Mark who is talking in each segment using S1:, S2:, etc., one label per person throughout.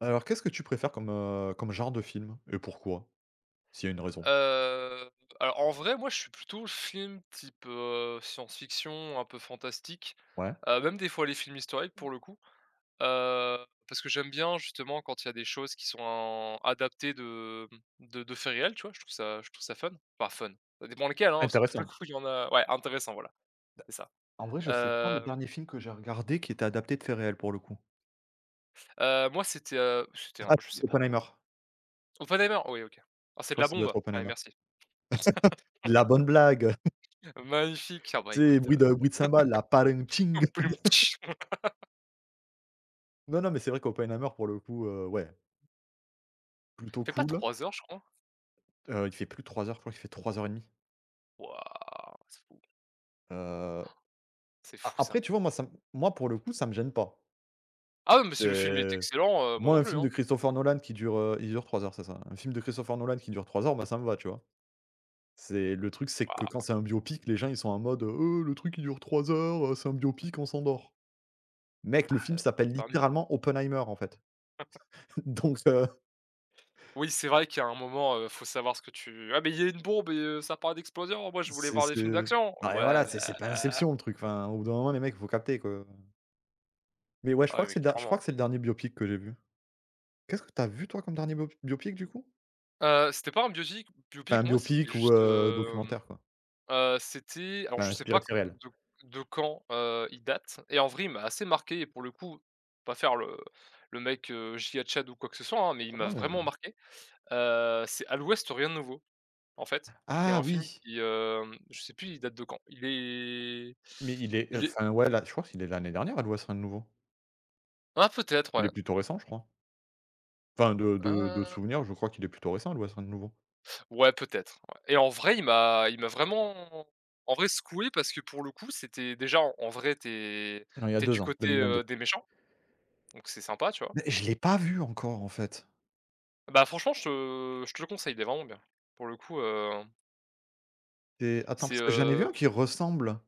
S1: Alors, qu'est-ce que tu préfères comme, comme genre de film et pourquoi? S'il y a une raison?
S2: Heu, alors en vrai, moi je suis plutôt film type, science-fiction, un peu fantastique,
S1: Ouais,
S2: même des fois les films historiques pour le coup, parce que j'aime bien justement quand il y a des choses qui sont adaptées de, mmh, de faits réels, tu vois? Je trouve ça fun, enfin fun, ça dépend lesquels, hein, parce que pour le
S1: intéressant.
S2: coup il y en a ouais, intéressant, voilà, c'est ça.
S1: En vrai, je sais pas le
S2: Heu,
S1: dernier film que j'ai regardé qui était adapté de faits réels pour le coup.
S2: Moi c'était, c'était un
S1: Ah
S2: je
S1: si,
S2: sais pas quoi.
S1: Oppenheimer.
S2: Oppenheimer? Oui, OK. Ah,
S1: Je
S2: c'est de
S1: crois
S2: la
S1: que ça doit être
S2: bombe? Allez,
S1: Oppenheimer.
S2: merci.
S1: La bonne blague,
S2: Magnifique, ah bah
S1: tu sais,
S2: écoute,
S1: bruit de bruit de cymbales la parenting. Non, non, mais c'est vrai qu'Oppenheimer pour le coup, ouais, plutôt
S2: fait pas
S1: cool.
S2: 3 heures je crois?
S1: Il fait plus de 3 heures, je crois qu'il fait 3 heures et demie.
S2: Waouh!
S1: Heu,
S2: C'est
S1: a
S2: fou
S1: après
S2: ça.
S1: tu vois, moi pour le coup, ça me gêne pas.
S2: Ah ouais, mais si le film est
S1: C'est
S2: excellent, moi non
S1: moi, un
S2: plus,
S1: film
S2: hein.
S1: de Christopher Nolan qui dure, il dure 3 heures, c'est ça? Un film de Christopher Nolan qui dure 3 heures, bah, ça me va, tu vois? C'est le truc, c'est que quand
S2: Waouh,
S1: c'est un biopic, les gens, ils sont en mode, Le truc, il dure 3 heures, c'est un biopic, on s'endort». Mec,
S2: bah,
S1: le film s'appelle
S2: regrette pas.
S1: littéralement Oppenheimer, en fait. Donc
S2: Oui, c'est vrai qu'il y a un moment, faut savoir ce que tu «Ah, mais il y a une bombe et ça parle d'explosion, moi je voulais voir des
S1: c'est
S2: films d'action».
S1: non, mais
S2: Ouais,
S1: voilà, c'est
S2: bah,
S1: c'est pas
S2: ah
S1: Inception, le truc. Enfin, au bout d'un moment, les mecs, il faut capter, quoi. Mais ouais,
S2: ah, ouais, mais
S1: je crois
S2: clairement.
S1: que c'est le dernier biopic que j'ai vu. Qu'est-ce que tu as vu, toi, comme dernier biopic, du coup?
S2: C'était pas un biopic biopic
S1: Enfin,
S2: moi, c'était
S1: biopic ou
S2: juste,
S1: documentaire, quoi.
S2: c'était, alors
S1: Enfin,
S2: je sais
S1: inspiré
S2: pas
S1: de faits réels.
S2: de quand, il date, et en vrai, il m'a assez marqué. Et pour le coup, pas faire le mec, giga tchad ou quoi que ce soit, hein, mais il
S1: Non,
S2: m'a
S1: non, mais heu
S2: vraiment marqué. C'est «À l'ouest, rien de nouveau». En fait, qui est
S1: Ah
S2: un film
S1: oui!
S2: qui, je sais plus il date de quand.
S1: Mais il est
S2: Il est
S1: enfin, ouais, là, je crois qu'il est de l'année dernière, Adouesserin de nouveau.
S2: ah Peut-être,
S1: Il est
S2: ouais.
S1: plutôt récent, je crois. Enfin, de
S2: Ah
S1: souvenir, je crois qu'il est plutôt récent, Adouesserin de nouveau.
S2: ouais, peut-être, ouais, et en vrai il m'a vraiment en vrai secoué, parce que pour le coup c'était déjà en vrai
S1: Non, il y a
S2: t'es du
S1: 2 ans,
S2: côté,
S1: 2022.
S2: des méchants, donc c'est sympa, tu vois?
S1: Mais je l'ai pas vu encore, en fait.
S2: Bah franchement je te le conseille, il est vraiment bien. Pour le coup,
S1: C'est attends,
S2: c'est,
S1: parce que j'en ai vu un
S2: heu
S1: qui ressemble,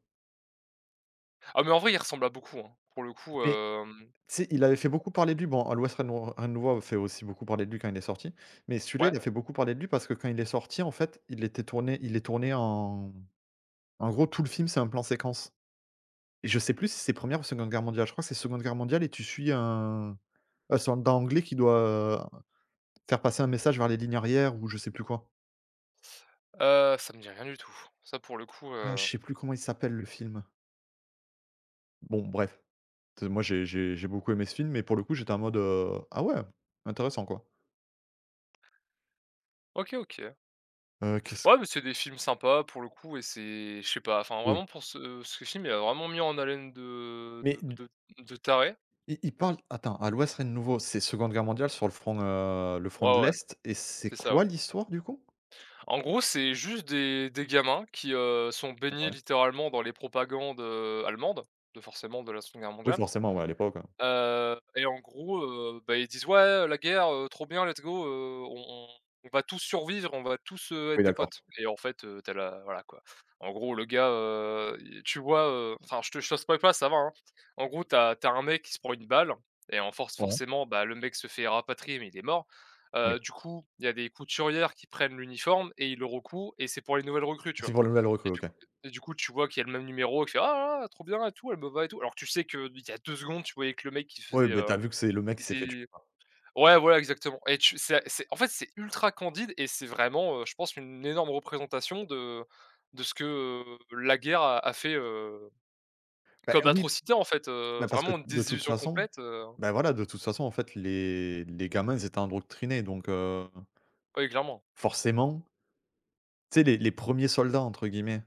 S2: ah, mais en vrai il ressemble à beaucoup, hein. Pour le coup,
S1: mais
S2: hem
S1: tu sais, il avait fait beaucoup parler de lui. Bon, Adouesserin nou Rien de nouveau fait aussi beaucoup parler de lui quand il est sorti, mais celui-là, il
S2: ouais,
S1: a fait beaucoup parler de lui parce que quand il est sorti, en fait, il est tourné en en gros, tout le film, c'est un plan séquence. Et je sais plus si c'est première ou seconde guerre mondiale. Je crois que c'est seconde guerre mondiale et tu suis un soldat anglais qui doit, heu, faire passer un message vers les lignes arrières ou je sais plus quoi.
S2: ça me dit rien du tout. Ça, pour le coup,
S1: Ah, je sais plus comment il s'appelle le film. Bon bref, t moi j'ai beaucoup aimé ce film, mais pour le coup j'étais en mode, «Ah ouais, intéressant quoi».
S2: OK, OK.
S1: Qu'est-ce
S2: Ouais, mais c'est des films sympas pour le coup, et c'est je sais pas, enfin
S1: oui,
S2: vraiment pour ce film, il a vraiment mis en haleine de
S1: mais
S2: de
S1: d
S2: de de tarés.
S1: il parle attends, à l'ouest, rien de nouveau, c'est seconde guerre mondiale sur le front de
S2: Ouais, ouais,
S1: l'Est et c'est
S2: c'est ça, ouais.
S1: quoi l'histoire du coup?
S2: En gros, c'est juste des gamins qui, sont baignés
S1: Ouais.
S2: littéralement dans les propagandes, allemandes, de forcément de la 2e Guerre
S1: Oui
S2: mondiale.
S1: forcément, ouais, à l'époque,
S2: Et en gros, bah, ils disent: «Ouais, la guerre, trop bien, let's go, on va tous survivre, on va tous,
S1: oui
S2: être des
S1: d'accord.
S2: potes», et en fait, tu la voilà, quoi. En gros, le gars, il tu vois, enfin, je te spoil pas, ça va, hein. En gros, t'as as un mec qui se prend une balle, et en force
S1: Ouais,
S2: forcément, bah, le mec se fait rapatrier mais il est mort.
S1: oui.
S2: Du coup, il y a des couturières qui prennent l'uniforme, et ils le recouent, et c'est pour les nouvelles recrues, tu
S1: C'est
S2: vois?
S1: pour le nouvel recrue,
S2: Et du
S1: OK.
S2: coup et du coup, tu vois qu'il y a le même numéro et tu «Ah, ah, ah, trop bien et tout, elle me va et tout». Alors que tu sais que il y a 2 secondes, tu voyais que le mec qui
S1: Ouais,
S2: faisait,
S1: beh, tu as vu que c'est le mec
S2: il
S1: qui s'est fait tuer
S2: faisait,
S1: par
S2: ouais, voilà, exactement. Et tu c'est en fait, c'est ultra candide, et c'est vraiment, je pense, une énorme représentation de ce que, la guerre a fait,
S1: bah,
S2: comme
S1: oui,
S2: atrocité en fait,
S1: bah, parce que
S2: vraiment une
S1: de toute
S2: désillusion
S1: façon
S2: complète,
S1: bah, voilà, de toute façon, en fait, les gamins, ils étaient indoctrinés donc
S2: oui, clairement.
S1: forcément, tu sais, les premiers soldats, entre guillemets,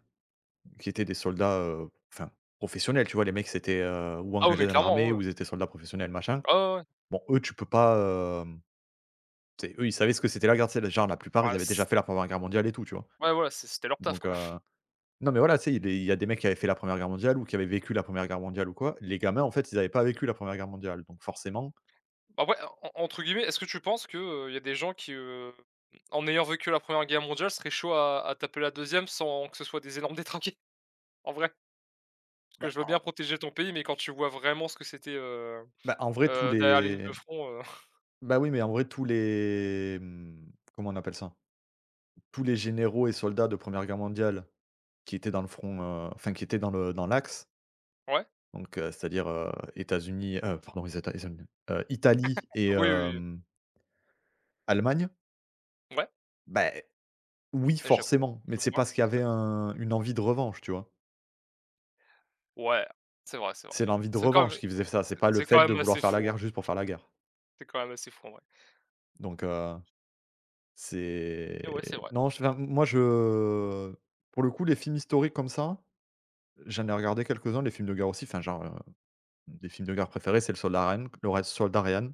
S1: qui étaient des soldats, enfin, professionnels, tu vois? Les mecs, c'était, ou
S2: Ah ouais, mais
S1: engagés dans
S2: clairement, ouais,
S1: l'armée
S2: ouais.
S1: ou ils étaient soldats professionnels, machin.
S2: Ah ouais, ouais.
S1: Bon, eux, tu peux pas, tu sais, eux, ils savaient ce que c'était la guerre, tu sais? Genre, la plupart, ils
S2: Bah,
S1: avaient déjà
S2: c
S1: fait la première guerre mondiale et tout, tu vois?
S2: ouais, voilà, c'était leur taf,
S1: Donc
S2: quoi.
S1: heu Non, mais voilà, tu sais, il y a des mecs qui avaient fait la Première Guerre mondiale ou qui avaient vécu la Première Guerre mondiale ou quoi. Les gamins, en fait, ils n'avaient pas vécu la Première Guerre mondiale, donc forcément,
S2: Bah, ouais, en entre guillemets, est-ce que tu penses qu'il y a des gens qui, en ayant vécu la première guerre mondiale, seraient chauds à taper la deuxième sans que ce soit des énormes détraqués? En vrai? Parce que
S1: bah,
S2: je veux
S1: en
S2: bien protéger ton pays, mais quand tu vois vraiment ce que c'était,
S1: bah, en vrai, tous
S2: derrière la ligne
S1: les
S2: de front,
S1: bah, oui, mais en vrai, tous les, mmh, comment on appelle ça? Tous les généraux et soldats de Première Guerre mondiale qui étaient dans le front, enfin, qui étaient dans l'axe,
S2: ouais?
S1: donc c'est-à-dire, États-Unis, pardon, les États-Unis, Italie et
S2: Oui, oui, oui.
S1: Allemagne,
S2: Oui. Ouais,
S1: bah, oui,
S2: et le Japon,
S1: forcément, mais
S2: je
S1: c'est
S2: crois,
S1: parce qu'il y
S2: c'est
S1: avait
S2: vrai?
S1: un une envie de revanche, tu vois?
S2: Ouais, c'est vrai, c'est vrai.
S1: C'est l'envie de
S2: C'est quand même
S1: revanche qui faisait ça, c'est pas le
S2: c'est quand
S1: fait de
S2: même
S1: vouloir
S2: assez
S1: faire la
S2: fou, hein.
S1: guerre juste pour faire la guerre.
S2: C'est quand même assez fou en vrai.
S1: Donc, c'est
S2: Et ouais, c'est vrai.
S1: non, je enfin, moi je pour le coup, les films historiques comme ça, j'en ai regardé quelques-uns, les films de guerre aussi, enfin genre, des films de guerre préférés, c'est le Red Soldat Ryan,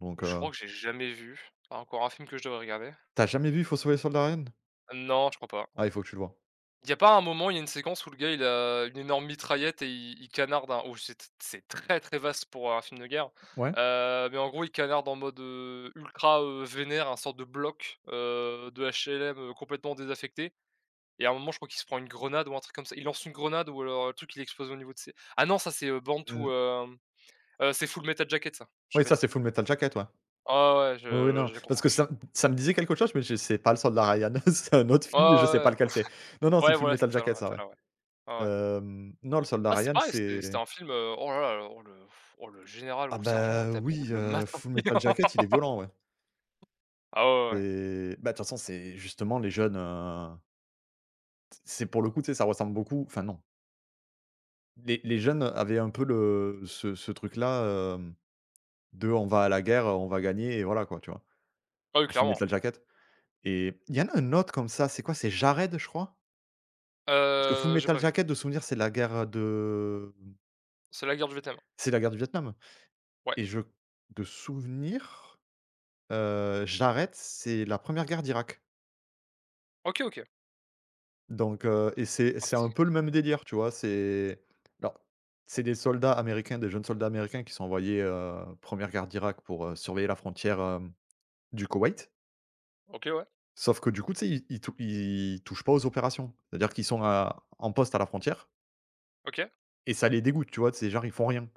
S1: donc,
S2: Je
S1: heu
S2: crois que j'ai jamais vu. Pas encore un film que je devrais regarder.
S1: tu jamais vu Il faut sauver le soldat Ryan?
S2: Non, je crois pas.
S1: Ah, il faut que tu le vois.
S2: Il y a pas un moment, il y a une séquence où le gars, il a une énorme mitraillette, et il canarde un oh, c'est très, très vaste pour un film de guerre,
S1: Ouais.
S2: mais en gros, il canarde en mode, ultra, vénère, un sorte de bloc, de HLM, complètement désaffecté, et à un moment, je crois qu'il se prend une grenade ou un truc comme ça. Il lance une grenade, ou alors le truc il explose au niveau de ses, ah non, ça c'est,
S1: Mmh.
S2: Bantu, c'est Full Metal Jacket ça, je suis
S1: Oui, ça,
S2: bête.
S1: c'est Full Metal Jacket, ouais.
S2: Ah ouais, ouais,
S1: Oui, oui, non,
S2: je j'ai
S1: parce que
S2: confondu.
S1: ça me disait quelque chose, mais je sais pas le Soldat Ryan, c'est un autre
S2: Ah
S1: film, mais je sais
S2: ouais,
S1: pas
S2: ouais.
S1: lequel c'est. Non, non,
S2: Ouais,
S1: c'est
S2: ouais,
S1: Full
S2: voilà,
S1: Metal
S2: c'est ça, ouais,
S1: Jacket, ça, ouais.
S2: celle-là, ouais. Ah ouais.
S1: Non, le Soldat
S2: Ah c'est
S1: Ryan,
S2: pareil, c'était
S1: c'est
S2: un film, oh là là, oh le général ou
S1: ah
S2: le sergent là,
S1: bah,
S2: tu avais envie
S1: oui,
S2: de le matin
S1: Full Metal Jacket, il est violent, ouais.
S2: Ah ouais, ouais. Ouais.
S1: Et bah, de toute façon, c'est justement les jeunes, c'est pour le coup, tu sais, ça ressemble beaucoup enfin non, les jeunes avaient un peu le ce ce truc-là, de: «On va à la guerre, on va gagner» et voilà quoi, tu vois?
S2: Ah oui,
S1: En Full
S2: clairement.
S1: Metal Jacket. Et il y en a un autre comme ça, c'est quoi? C'est Jared, je crois? Parce que Full
S2: J'ai
S1: Metal
S2: pas vu.
S1: Jacket, de souvenir,
S2: C'est la guerre du Vietnam.
S1: c'est la guerre du Vietnam
S2: Ouais.
S1: et je de souvenir, Jared, c'est la première guerre d'Irak.
S2: OK, OK.
S1: Donc et c'est
S2: Ah
S1: c'est un
S2: si.
S1: peu le même délire, tu vois? C'est alors, c'est des soldats américains, des jeunes soldats américains qui sont envoyés, 1re guerre d'Irak pour, surveiller la frontière, du Koweït.
S2: OK, ouais.
S1: Sauf que du coup, tu sais, ils touchent pas aux opérations. C'est-à-dire qu'ils sont à en poste à la frontière
S2: OK.
S1: et ça les dégoûte, tu vois? C'est genre, ils font rien.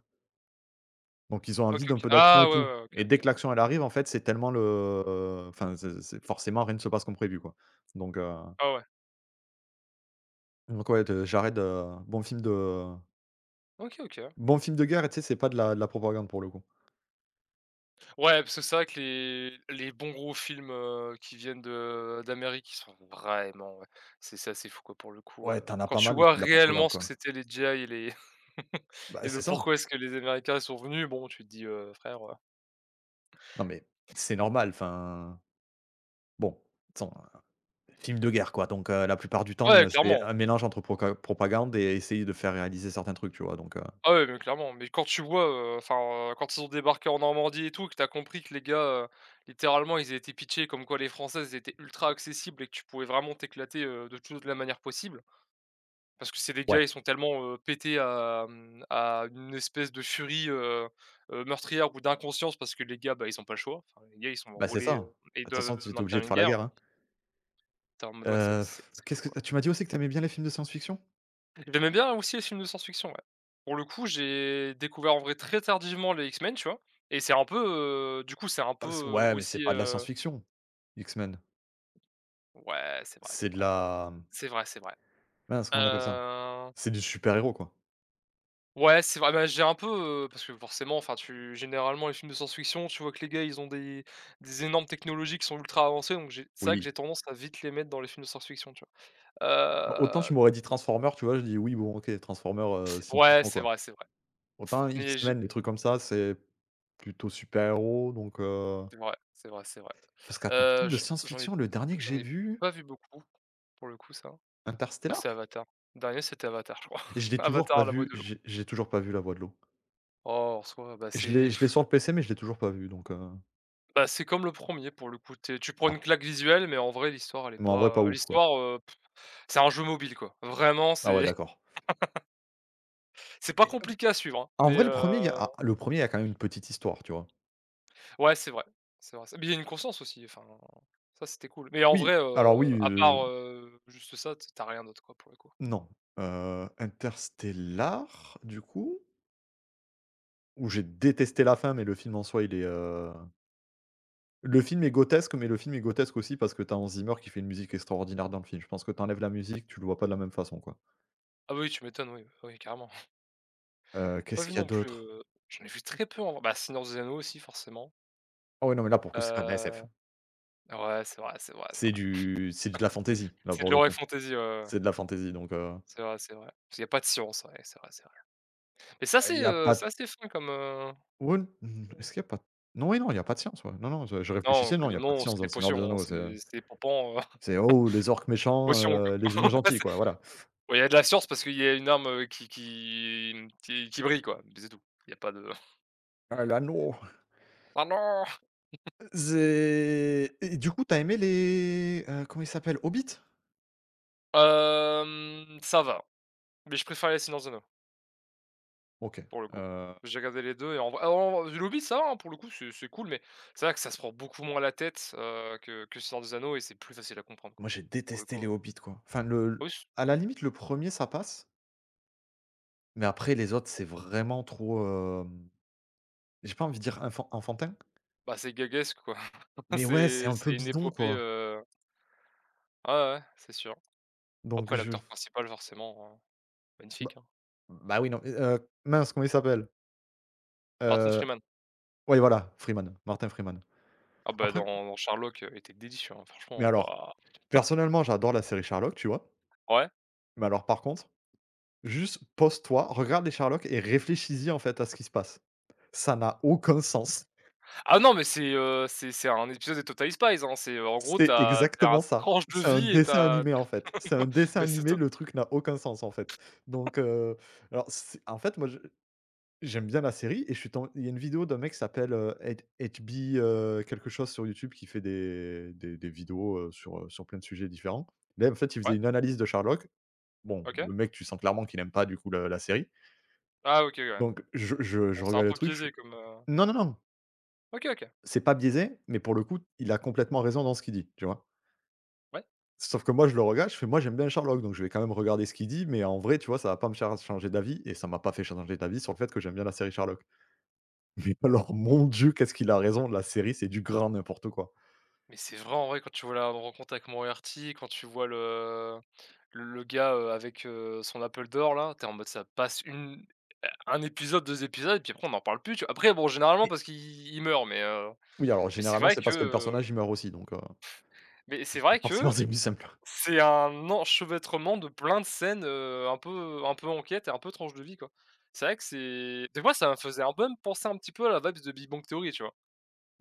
S1: Donc ils ont
S2: OK,
S1: envie d'un
S2: OK.
S1: peu d'action
S2: Ah
S1: et
S2: ouais,
S1: tout
S2: ouais, OK,
S1: et dès
S2: OK.
S1: que l'action elle arrive, en fait, c'est tellement le enfin, c'est forcément rien ne se passe comme prévu, quoi. Donc heu
S2: Ah ouais.
S1: donc ouais, de Jared, bon film de
S2: OK, OK.
S1: bon film de guerre et tu sais, c'est pas de la propagande pour le coup.
S2: Ouais, parce que c'est vrai que les bons gros films, qui viennent de d'Amérique, ils sont vraiment, ouais, c'est assez fou quoi pour le coup,
S1: Ouais, t'en as
S2: quand
S1: pas
S2: tu
S1: mal où
S2: vois
S1: c'est de la
S2: réellement
S1: propagande,
S2: ce que
S1: quoi.
S2: c'était les GI et les
S1: Bah,
S2: et de
S1: c'est ça.
S2: pourquoi est-ce que les Américains sont venus, bon tu te dis: Frère,
S1: Non, mais c'est normal, enfin, bon, attends, film de guerre, quoi, donc la plupart du temps,
S2: Ouais,
S1: c'est
S2: clairement.
S1: un mélange entre proca propagande et essayer de faire réaliser certains trucs, tu vois?
S2: Ah ouais, mais clairement, mais quand tu vois, enfin, quand ils ont débarqué en Normandie et tout, que t'as compris que les gars, heu, littéralement, ils étaient pitchés comme quoi les Françaises étaient ultra accessibles et que tu pouvais vraiment t'éclater, de toute la manière possible. Parce que c'est des
S1: Ouais.
S2: gars, ils sont tellement, pétés à une espèce de furie, meurtrière, ou d'inconscience, parce que les gars, bah, ils ont pas le choix. Enfin, les gars, ils sont
S1: Bah, c'est
S2: enrôlés,
S1: ça.
S2: et ils
S1: Attention,
S2: doivent
S1: toute tu es obligé
S2: maintenir
S1: de
S2: une
S1: faire la
S2: guerre.
S1: guerre, hein.
S2: Tu en mode: «Ouais, c'est
S1: Heu,
S2: fou,
S1: qu'est-ce
S2: quoi».
S1: que tu m'as dit aussi que t'aimais bien les films de science-fiction?
S2: J'aimais bien aussi les films de science-fiction, ouais. Pour le coup, j'ai découvert en vrai très tardivement les X-Men, tu vois? Et c'est un peu, du coup, c'est un peu,
S1: Bah, c'est ouais, mais c'est
S2: aussi,
S1: pas de la science-fiction, X-Men.
S2: ouais, c'est vrai, c'est
S1: C'est de
S2: vrai.
S1: la
S2: C'est vrai, c'est vrai.
S1: mince, comment on appelle ça?
S2: Heu,
S1: C'est du super-héros, quoi.
S2: ouais, c'est vrai, bah, j'ai un peu, parce que forcément, enfin, tu généralement, les films de science-fiction, tu vois que les gars, ils ont des énormes technologies qui sont ultra avancées, donc j'ai c'est vrai que
S1: Oui.
S2: j'ai tendance à vite les mettre dans les films de science-fiction, tu
S1: Bon, autant
S2: vois? Heu,
S1: tu m'aurais dit Transformers, tu vois? Je dis: «Oui, bon, OK, Transformers,
S2: ouais,
S1: science-fiction,
S2: c'est
S1: quoi».
S2: vrai, c'est vrai.
S1: Autant
S2: Mais j'ai
S1: X-Men, les trucs comme ça, c'est plutôt super-héros, donc
S2: c'est vrai, c'est vrai, c'est vrai.
S1: parce qu'attends,
S2: Heu,
S1: film de
S2: j'en j'en ai
S1: science-fiction, le dernier que
S2: J'en
S1: j'ai
S2: ai
S1: vu,
S2: pas vu beaucoup. Pour le coup, ça. Ah,
S1: Interstellar?
S2: c'est Avatar. Dernier, c'était Avatar, je crois.
S1: Je l'ai toujours pas
S2: Avatar, la voix
S1: vu,
S2: de l'eau.
S1: j'ai toujours pas vu La Voix de l'eau.
S2: Oh, en soi, bah,
S1: Je l'ai sur le PC, mais je l'ai toujours pas vu, donc
S2: c'est comme le premier pour le coup. Tu prends une
S1: ah,
S2: claque visuelle, mais en vrai, l'histoire, elle est
S1: mais en vrai, pas
S2: pas,
S1: ouf, quoi.
S2: c'est un jeu mobile, quoi. Vraiment,
S1: Ah ouais,
S2: c'est
S1: d'accord.
S2: c'est pas
S1: Mais
S2: compliqué à suivre, hein,
S1: en
S2: mais
S1: vrai, le premier il y a ah, le premier il y a quand même une petite histoire, tu vois?
S2: ouais, c'est vrai, mais il y a une conscience aussi, enfin, ça, c'était cool. Mais en
S1: Oui,
S2: vrai,
S1: alors oui,
S2: à part, juste ça, tu rien d'autre, quoi, pour le coup.
S1: non, Interstellar, du coup où j'ai détesté la fin, mais le film en soi, il est, le film est grotesque, mais le film est grotesque aussi parce que t'as Hans Zimmer qui fait une musique extraordinaire dans le film. Je pense que t'enlèves la musique, tu le vois pas de la même façon, quoi.
S2: Ah oui, tu m'étonnes, oui, oui, carrément. Pas
S1: Qu'est-ce
S2: vu
S1: qu'il y a
S2: non plus,
S1: d'autre?
S2: j'en ai vu très peu en vrai. Bah, Seigneur des Anneaux aussi, forcément.
S1: Ah ouais, non, mais là, pour le coup, c'est pas de la SF.
S2: Heu Ouais, c'est vrai, c'est vrai, c'est vrai.
S1: C'est de la fantasy, là,
S2: C'est de
S1: pour le
S2: l'horreur
S1: coup.
S2: fantasy, ouais, ouais, ouais.
S1: C'est de la fantasy, donc
S2: C'est vrai, c'est vrai. Parce qu'il y a pas de science, ouais, c'est vrai, c'est vrai. Mais ça
S1: il y a pas
S2: c'est assez fin comme,
S1: ouais, mmh, est-ce qu'il y a pas non, oui, non, il y a pas de science, ouais. Non, non, je
S2: non,
S1: réfléchissais,
S2: que
S1: non, il y a pas de
S2: non, c'est
S1: science dans
S2: des
S1: Le Seigneur des
S2: potions, hein,
S1: Anneaux.
S2: c'est des pampans,
S1: C'est: «Oh, les orques méchants,
S2: potions,
S1: les
S2: quoi.
S1: humains gentils»,
S2: C'est
S1: quoi, voilà.
S2: bon, il y a de la science parce qu'il y a une arme, qui brille, quoi, mais c'est tout. Il y a pas de:
S1: «Ah, l'anneau!»
S2: Ah non!»
S1: C'est et du coup, t'as aimé les, comment ils s'appellent? Hobbits?
S2: Ça va, mais je préfère les silences de.
S1: OK,
S2: Pour le coup.
S1: heu,
S2: J'ai regardé les 2 et en vrai, en The Hobbit, ça va, hein, pour le coup, c'est cool, mais c'est vrai que ça se prend beaucoup moins la tête, que Seigneur des Anneaux, et c'est plus facile à comprendre,
S1: moi
S2: quoi.
S1: j'ai
S2: Pour le coup,
S1: détesté les Hobbits, quoi. Enfin le
S2: oui, c
S1: à la limite le premier, ça passe, mais après les autres c'est vraiment trop, hem, j'ai pas envie de dire infan enfantin,
S2: bah, c'est gaguesque, quoi.
S1: mais ouais, c'est
S2: C'est
S1: un peu
S2: une
S1: bidon,
S2: épopée,
S1: quoi.
S2: ouais, ouais, c'est sûr.
S1: Donc
S2: Après
S1: je
S2: l'acteur principal forcément,
S1: bah
S2: magnifique, hein.
S1: bah, oui, non, mais mince, comment il s'appelle?
S2: Martin
S1: Heu,
S2: Freeman.
S1: ouais, voilà, Martin Freeman.
S2: Ah bah,
S1: Après
S2: dans Sherlock, il était délicieux, hein,
S1: mais
S2: franchement,
S1: alors,
S2: waouh!
S1: personnellement, j'adore la série Sherlock, tu vois?
S2: Ouais.
S1: Mais alors par contre, juste pose-toi, regarde les Sherlock et réfléchis-y, en fait, à ce qui se passe. Ça n'a aucun sens.
S2: Ah non, mais c'est un épisode des Total Spies, hein, c'est, en gros,
S1: C'est
S2: t'as t'as
S1: exactement
S2: tu une
S1: ça.
S2: tranche de
S1: C'est un
S2: vie et
S1: dessin
S2: t'as
S1: animé, en fait. C'est un dessin
S2: mais c'est
S1: animé,
S2: tot
S1: le truc n'a aucun sens, en fait. Donc, alors c'est en fait, moi, je j'aime bien la série et je suis tom il y a une vidéo d'un mec qui s'appelle, H HB, quelque chose sur YouTube qui fait des vidéos, sur, sur plein de sujets différents. Là, en fait, il faisait
S2: ouais?
S1: une analyse de Sherlock. Bon,
S2: OK.
S1: le mec, tu sens clairement qu'il n'aime pas, du coup, le la série.
S2: Ah OK, ouais.
S1: Donc je je
S2: Bon,
S1: je
S2: c'est un
S1: regarde le
S2: peu
S1: truc, je
S2: biaisé comme,
S1: «Non, non, non,
S2: OK, OK,
S1: c'est pas biaisé», mais pour le coup, il a complètement raison dans ce qu'il dit, tu vois?
S2: ouais.
S1: Sauf que moi, je le regarde, je fais: «Moi, j'aime bien Sherlock, donc je vais quand même regarder ce qu'il dit, mais en vrai, tu vois, ça va pas me faire changer d'avis» et ça m'a pas fait changer d'avis sur le fait que j'aime bien la série Sherlock. Mais alors, mon Dieu, qu'est-ce qu'il a raison, la série, c'est du grand n'importe quoi.
S2: Mais c'est vrai, en vrai, quand tu vois la rencontre avec Moriarty, quand tu vois le gars, avec, son Apple d'or là, t'es en mode ça passe une un épisode, 2 épisodes et puis après on n'en parle plus, tu vois? Après bon, généralement
S1: Mais
S2: parce qu'il il meurt, mais
S1: oui, alors
S2: mais c'est
S1: généralement,
S2: vrai
S1: c'est
S2: que,
S1: parce que le
S2: heu,
S1: personnage, il meurt aussi, donc
S2: mais c'est vrai
S1: forcément,
S2: que
S1: c'est plus simple.
S2: c'est un enchevêtrement de plein de scènes, un peu enquête et un peu tranche de vie, quoi. C'est vrai que c'est des fois ça me faisait un peu me penser un petit peu à la vibes de Big Bang Theory, tu vois?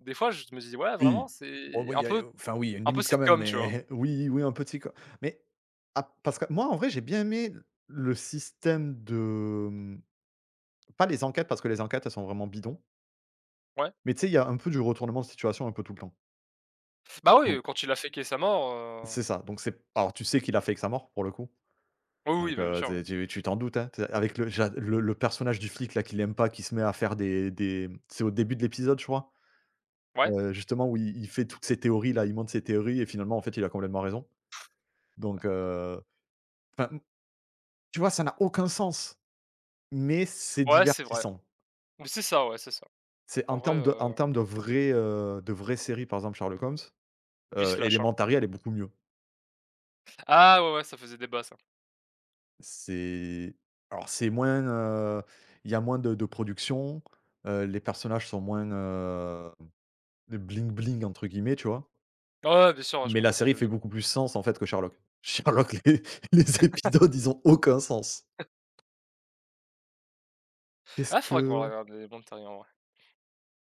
S2: Des fois je me dis: «Ouais, vraiment,
S1: Oui. Oh
S2: c'est
S1: oui, il
S2: un
S1: y
S2: peu».
S1: a enfin oui, il y a une
S2: Un peu
S1: limite quand même,
S2: sitcom, tu vois?
S1: mais oui, oui, un petit quoi. Mais ah, parce que moi, en vrai, j'ai bien aimé le système de, mmh, pas les enquêtes, parce que les enquêtes, elles sont vraiment bidons,
S2: Ouais.
S1: mais tu sais, il y a un peu du retournement de situation un peu tout le temps.
S2: Bah, oui,
S1: Donc
S2: quand il a faké sa mort,
S1: c'est ça, donc c'est alors tu sais qu'il a fait avec sa mort pour le coup,
S2: oui, oui,
S1: donc
S2: bah, bien sûr,
S1: tu
S2: ouais.
S1: sais tu t'en doutes, hein, tu sais avec le j'a le personnage du flic là qui l'aime pas, qui se met à faire des c'est au début de l'épisode je crois,
S2: Ouais,
S1: justement où il fait toutes ses théories là, il monte ses théories et finalement en fait il a complètement raison, donc enfin, tu vois ça n'a aucun sens, mais c'est
S2: ouais, c'est vrai.
S1: divertissant.
S2: Mais c'est ça, ouais, c'est ça.
S1: C'est
S2: En vrai,
S1: en termes de vraies séries par exemple Sherlock Holmes,
S2: lui il se lâche, hein.
S1: Elementary elle est beaucoup mieux.
S2: Ah ouais, ouais, ça faisait débat ça.
S1: C'est alors c'est moins, il y a moins de production, les personnages sont moins, «bling bling» entre guillemets, tu vois?
S2: Ouais, ouais, bien sûr, ouais, je
S1: Mais la
S2: comprends ce que tu
S1: série
S2: veux
S1: fait
S2: dire.
S1: beaucoup plus sens en fait que Sherlock. Sherlock, les les épisodes, ils ont aucun sens. Qu'est-ce
S2: Ah, faudrait qu'on
S1: que
S2: regarde les Big Bang Theory, en vrai.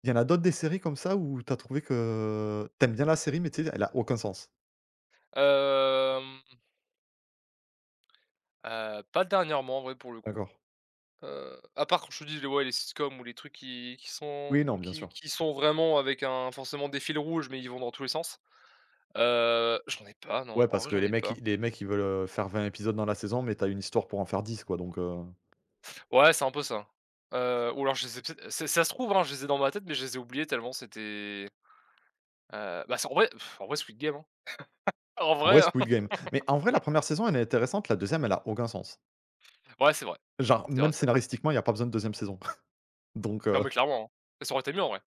S1: il y en a d'autres des séries comme ça où t'as trouvé que t'aimes bien la série, mais tu sais, elle a aucun sens?
S2: Hem, Pas dernièrement, en vrai, pour le coup.
S1: D'accord.
S2: À part quand je te dis les ouais, les sitcoms ou les trucs
S1: Oui, non, bien sûr.
S2: qui sont vraiment avec un forcément des fils rouges, mais ils vont dans tous les sens. J'en ai pas,
S1: Ouais,
S2: non, en
S1: parce
S2: vrai,
S1: que
S2: j'en
S1: les
S2: ai
S1: mecs,
S2: pas.
S1: ils veulent, faire 20 épisodes dans la saison, mais t'as une histoire pour en faire 10 quoi, donc
S2: Ouais, c'est un peu ça. Ou alors je sais, peut-être, ça se trouve, hein, je les ai dans ma tête, mais je les ai oubliés tellement c'était, bah, c'est en vrai pff, en vrai Squid Game, hein. En
S1: En
S2: vrai,
S1: vrai,
S2: hein.
S1: Squid Game. Mais en vrai, la première saison, elle est intéressante, la deuxième elle a aucun sens.
S2: Ouais, c'est vrai,
S1: Genre,
S2: c'est vrai,
S1: même
S2: c'est vrai.
S1: scénaristiquement, il y a pas besoin de deuxième saison. Donc
S2: Non, mais clairement, hein. Ça aurait été mieux en vrai.